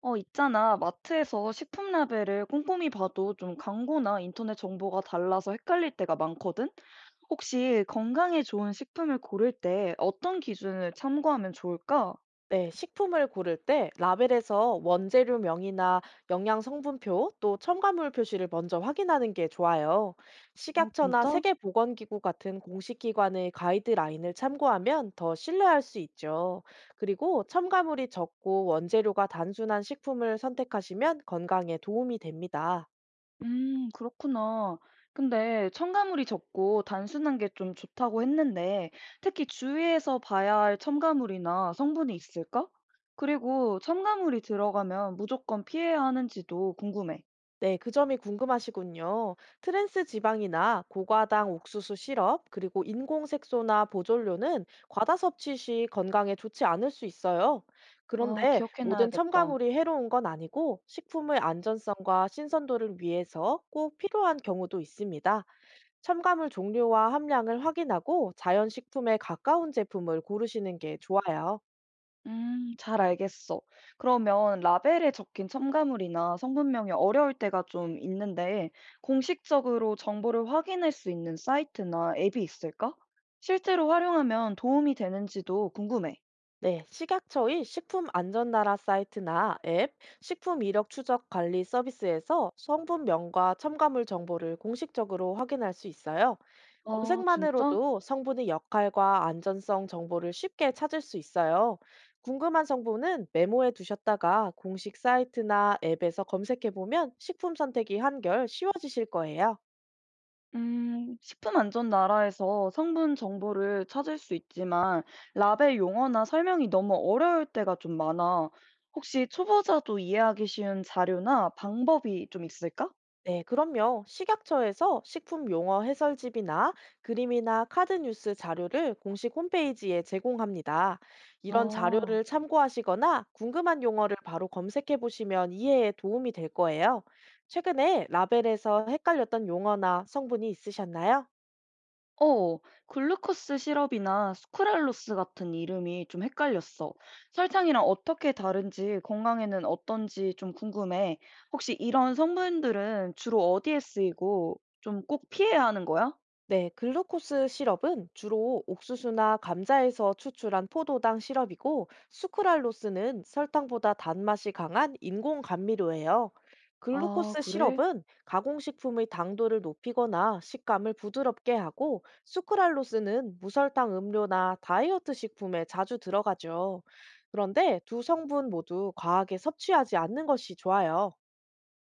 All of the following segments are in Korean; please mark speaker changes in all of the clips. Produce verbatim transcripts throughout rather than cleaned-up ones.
Speaker 1: 어, 있잖아. 마트에서 식품 라벨을 꼼꼼히 봐도 좀 광고나 인터넷 정보가 달라서 헷갈릴 때가 많거든? 혹시 건강에 좋은 식품을 고를 때 어떤 기준을 참고하면 좋을까?
Speaker 2: 네, 식품을 고를 때 라벨에서 원재료명이나 영양 성분표 또 첨가물 표시를 먼저 확인하는 게 좋아요.
Speaker 1: 어,
Speaker 2: 식약처나
Speaker 1: 진짜?
Speaker 2: 세계보건기구 같은 공식 기관의 가이드라인을 참고하면 더 신뢰할 수 있죠. 그리고 첨가물이 적고 원재료가 단순한 식품을 선택하시면 건강에 도움이 됩니다.
Speaker 1: 음, 그렇구나. 근데 첨가물이 적고 단순한 게 좀 좋다고 했는데 특히 주의해서 봐야 할 첨가물이나 성분이 있을까? 그리고 첨가물이 들어가면 무조건 피해야 하는지도 궁금해.
Speaker 2: 네, 그 점이 궁금하시군요. 트랜스 지방이나 고과당 옥수수 시럽, 그리고 인공 색소나 보존료는 과다 섭취 시 건강에 좋지 않을 수 있어요.
Speaker 1: 아,
Speaker 2: 그런데 모든
Speaker 1: 기억해놔야겠다.
Speaker 2: 첨가물이 해로운 건 아니고 식품의 안전성과 신선도를 위해서 꼭 필요한 경우도 있습니다. 첨가물 종류와 함량을 확인하고 자연 식품에 가까운 제품을 고르시는 게 좋아요.
Speaker 1: 음, 잘 알겠어. 그러면 라벨에 적힌 첨가물이나 성분명이 어려울 때가 좀 있는데, 공식적으로 정보를 확인할 수 있는 사이트나 앱이 있을까? 실제로 활용하면 도움이 되는지도 궁금해.
Speaker 2: 네, 식약처의 식품안전나라 사이트나 앱, 식품 이력 추적 관리 서비스에서 성분명과 첨가물 정보를 공식적으로 확인할 수 있어요.
Speaker 1: 아, 진짜?
Speaker 2: 검색만으로도 성분의 역할과 안전성 정보를 쉽게 찾을 수 있어요. 궁금한 성분은 메모해 두셨다가 공식 사이트나 앱에서 검색해 보면 식품 선택이 한결 쉬워지실 거예요.
Speaker 1: 음, 식품안전나라에서 성분 정보를 찾을 수 있지만, 라벨 용어나 설명이 너무 어려울 때가 좀 많아. 혹시 초보자도 이해하기 쉬운 자료나 방법이 좀 있을까?
Speaker 2: 네, 그럼요. 식약처에서 식품 용어 해설집이나 그림이나 카드 뉴스 자료를 공식 홈페이지에 제공합니다. 이런
Speaker 1: 아.
Speaker 2: 자료를 참고하시거나 궁금한 용어를 바로 검색해 보시면 이해에 도움이 될 거예요. 최근에 라벨에서 헷갈렸던 용어나 성분이 있으셨나요?
Speaker 1: 어, 글루코스 시럽이나 스크랄로스 같은 이름이 좀 헷갈렸어. 설탕이랑 어떻게 다른지, 건강에는 어떤지 좀 궁금해. 혹시 이런 성분들은 주로 어디에 쓰이고 좀 꼭 피해야 하는 거야?
Speaker 2: 네, 글루코스 시럽은 주로 옥수수나 감자에서 추출한 포도당 시럽이고, 수크랄로스는 설탕보다 단맛이 강한 인공 감미료예요.
Speaker 1: 아,
Speaker 2: 글루코스
Speaker 1: 그래?
Speaker 2: 시럽은 가공식품의 당도를 높이거나 식감을 부드럽게 하고, 수크랄로스는 무설탕 음료나 다이어트 식품에 자주 들어가죠. 그런데 두 성분 모두 과하게 섭취하지 않는 것이 좋아요.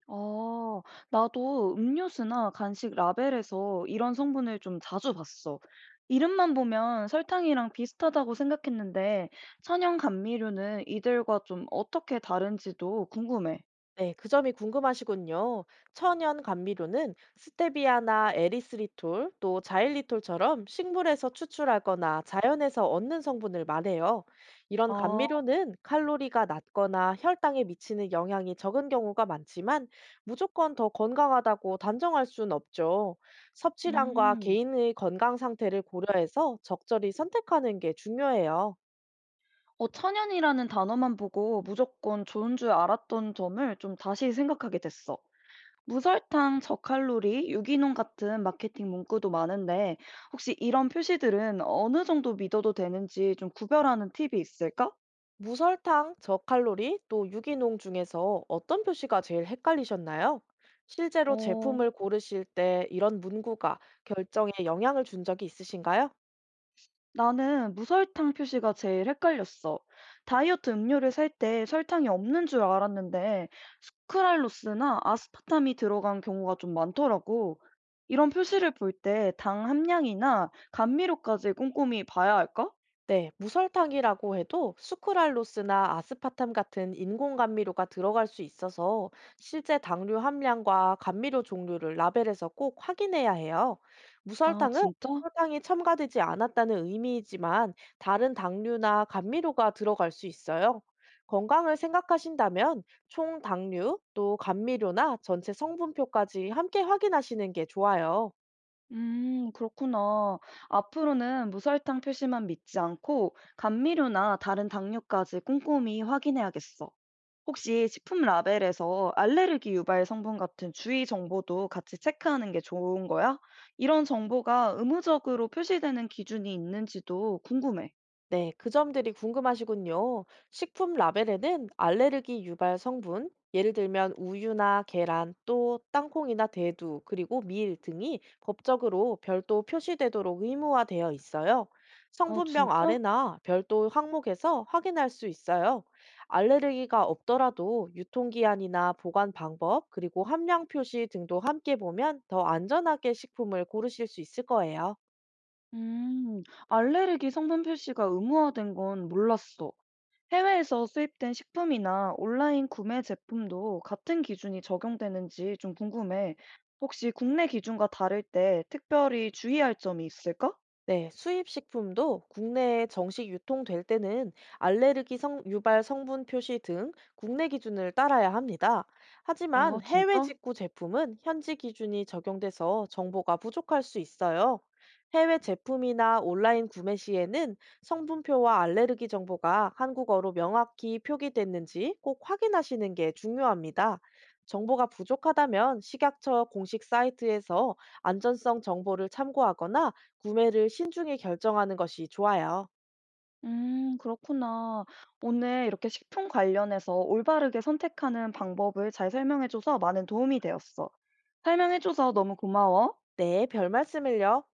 Speaker 1: 아, 나도 음료수나 간식 라벨에서 이런 성분을 좀 자주 봤어. 이름만 보면 설탕이랑 비슷하다고 생각했는데, 천연 감미료는 이들과 좀 어떻게 다른지도 궁금해.
Speaker 2: 네, 그 점이 궁금하시군요. 천연 감미료는 스테비아나 에리스리톨, 또 자일리톨처럼 식물에서 추출하거나 자연에서 얻는 성분을 말해요. 이런
Speaker 1: 아,
Speaker 2: 감미료는 칼로리가 낮거나 혈당에 미치는 영향이 적은 경우가 많지만 무조건 더 건강하다고 단정할 수는 없죠. 섭취량과
Speaker 1: 음.
Speaker 2: 개인의 건강 상태를 고려해서 적절히 선택하는 게 중요해요.
Speaker 1: 어 천연이라는 단어만 보고 무조건 좋은 줄 알았던 점을 좀 다시 생각하게 됐어. 무설탕, 저칼로리, 유기농 같은 마케팅 문구도 많은데 혹시 이런 표시들은 어느 정도 믿어도 되는지 좀 구별하는 팁이 있을까?
Speaker 2: 무설탕, 저칼로리, 또 유기농 중에서 어떤 표시가 제일 헷갈리셨나요? 실제로
Speaker 1: 어,
Speaker 2: 제품을 고르실 때 이런 문구가 결정에 영향을 준 적이 있으신가요?
Speaker 1: 나는 무설탕 표시가 제일 헷갈렸어. 다이어트 음료를 살 때 설탕이 없는 줄 알았는데 스크랄로스나 아스파탐이 들어간 경우가 좀 많더라고. 이런 표시를 볼 때 당 함량이나 감미료까지 꼼꼼히 봐야 할까?
Speaker 2: 네, 무설탕이라고 해도 수크랄로스나 아스파탐 같은 인공 감미료가 들어갈 수 있어서 실제 당류 함량과 감미료 종류를 라벨에서 꼭 확인해야 해요.
Speaker 1: 아,
Speaker 2: 무설탕은
Speaker 1: 진짜?
Speaker 2: 설탕이 첨가되지 않았다는 의미이지만 다른 당류나 감미료가 들어갈 수 있어요. 건강을 생각하신다면 총 당류, 또 감미료나 전체 성분표까지 함께 확인하시는 게 좋아요.
Speaker 1: 음, 그렇구나. 앞으로는 무설탕 표시만 믿지 않고 감미료나 다른 당류까지 꼼꼼히 확인해야겠어. 혹시 식품 라벨에서 알레르기 유발 성분 같은 주의 정보도 같이 체크하는 게 좋은 거야? 이런 정보가 의무적으로 표시되는 기준이 있는지도 궁금해.
Speaker 2: 네, 그 점들이 궁금하시군요. 식품 라벨에는 알레르기 유발 성분, 예를 들면 우유나 계란, 또 땅콩이나 대두, 그리고 밀 등이 법적으로 별도 표시되도록 의무화되어 있어요.
Speaker 1: 아,
Speaker 2: 성분명
Speaker 1: 진짜?
Speaker 2: 아래나 별도 항목에서 확인할 수 있어요. 알레르기가 없더라도 유통기한이나 보관 방법, 그리고 함량 표시 등도 함께 보면 더 안전하게 식품을 고르실 수 있을 거예요.
Speaker 1: 음, 알레르기 성분 표시가 의무화된 건 몰랐어. 해외에서 수입된 식품이나 온라인 구매 제품도 같은 기준이 적용되는지 좀 궁금해. 혹시 국내 기준과 다를 때 특별히 주의할 점이 있을까?
Speaker 2: 네, 수입 식품도 국내에 정식 유통될 때는 알레르기 성, 유발 성분 표시 등 국내 기준을 따라야 합니다. 하지만
Speaker 1: 아,
Speaker 2: 해외
Speaker 1: 진짜?
Speaker 2: 직구 제품은 현지 기준이 적용돼서 정보가 부족할 수 있어요. 해외 제품이나 온라인 구매 시에는 성분표와 알레르기 정보가 한국어로 명확히 표기됐는지 꼭 확인하시는 게 중요합니다. 정보가 부족하다면 식약처 공식 사이트에서 안전성 정보를 참고하거나 구매를 신중히 결정하는 것이 좋아요.
Speaker 1: 음, 그렇구나. 오늘 이렇게 식품 관련해서 올바르게 선택하는 방법을 잘 설명해줘서 많은 도움이 되었어. 설명해줘서 너무 고마워.
Speaker 2: 네, 별 말씀을요.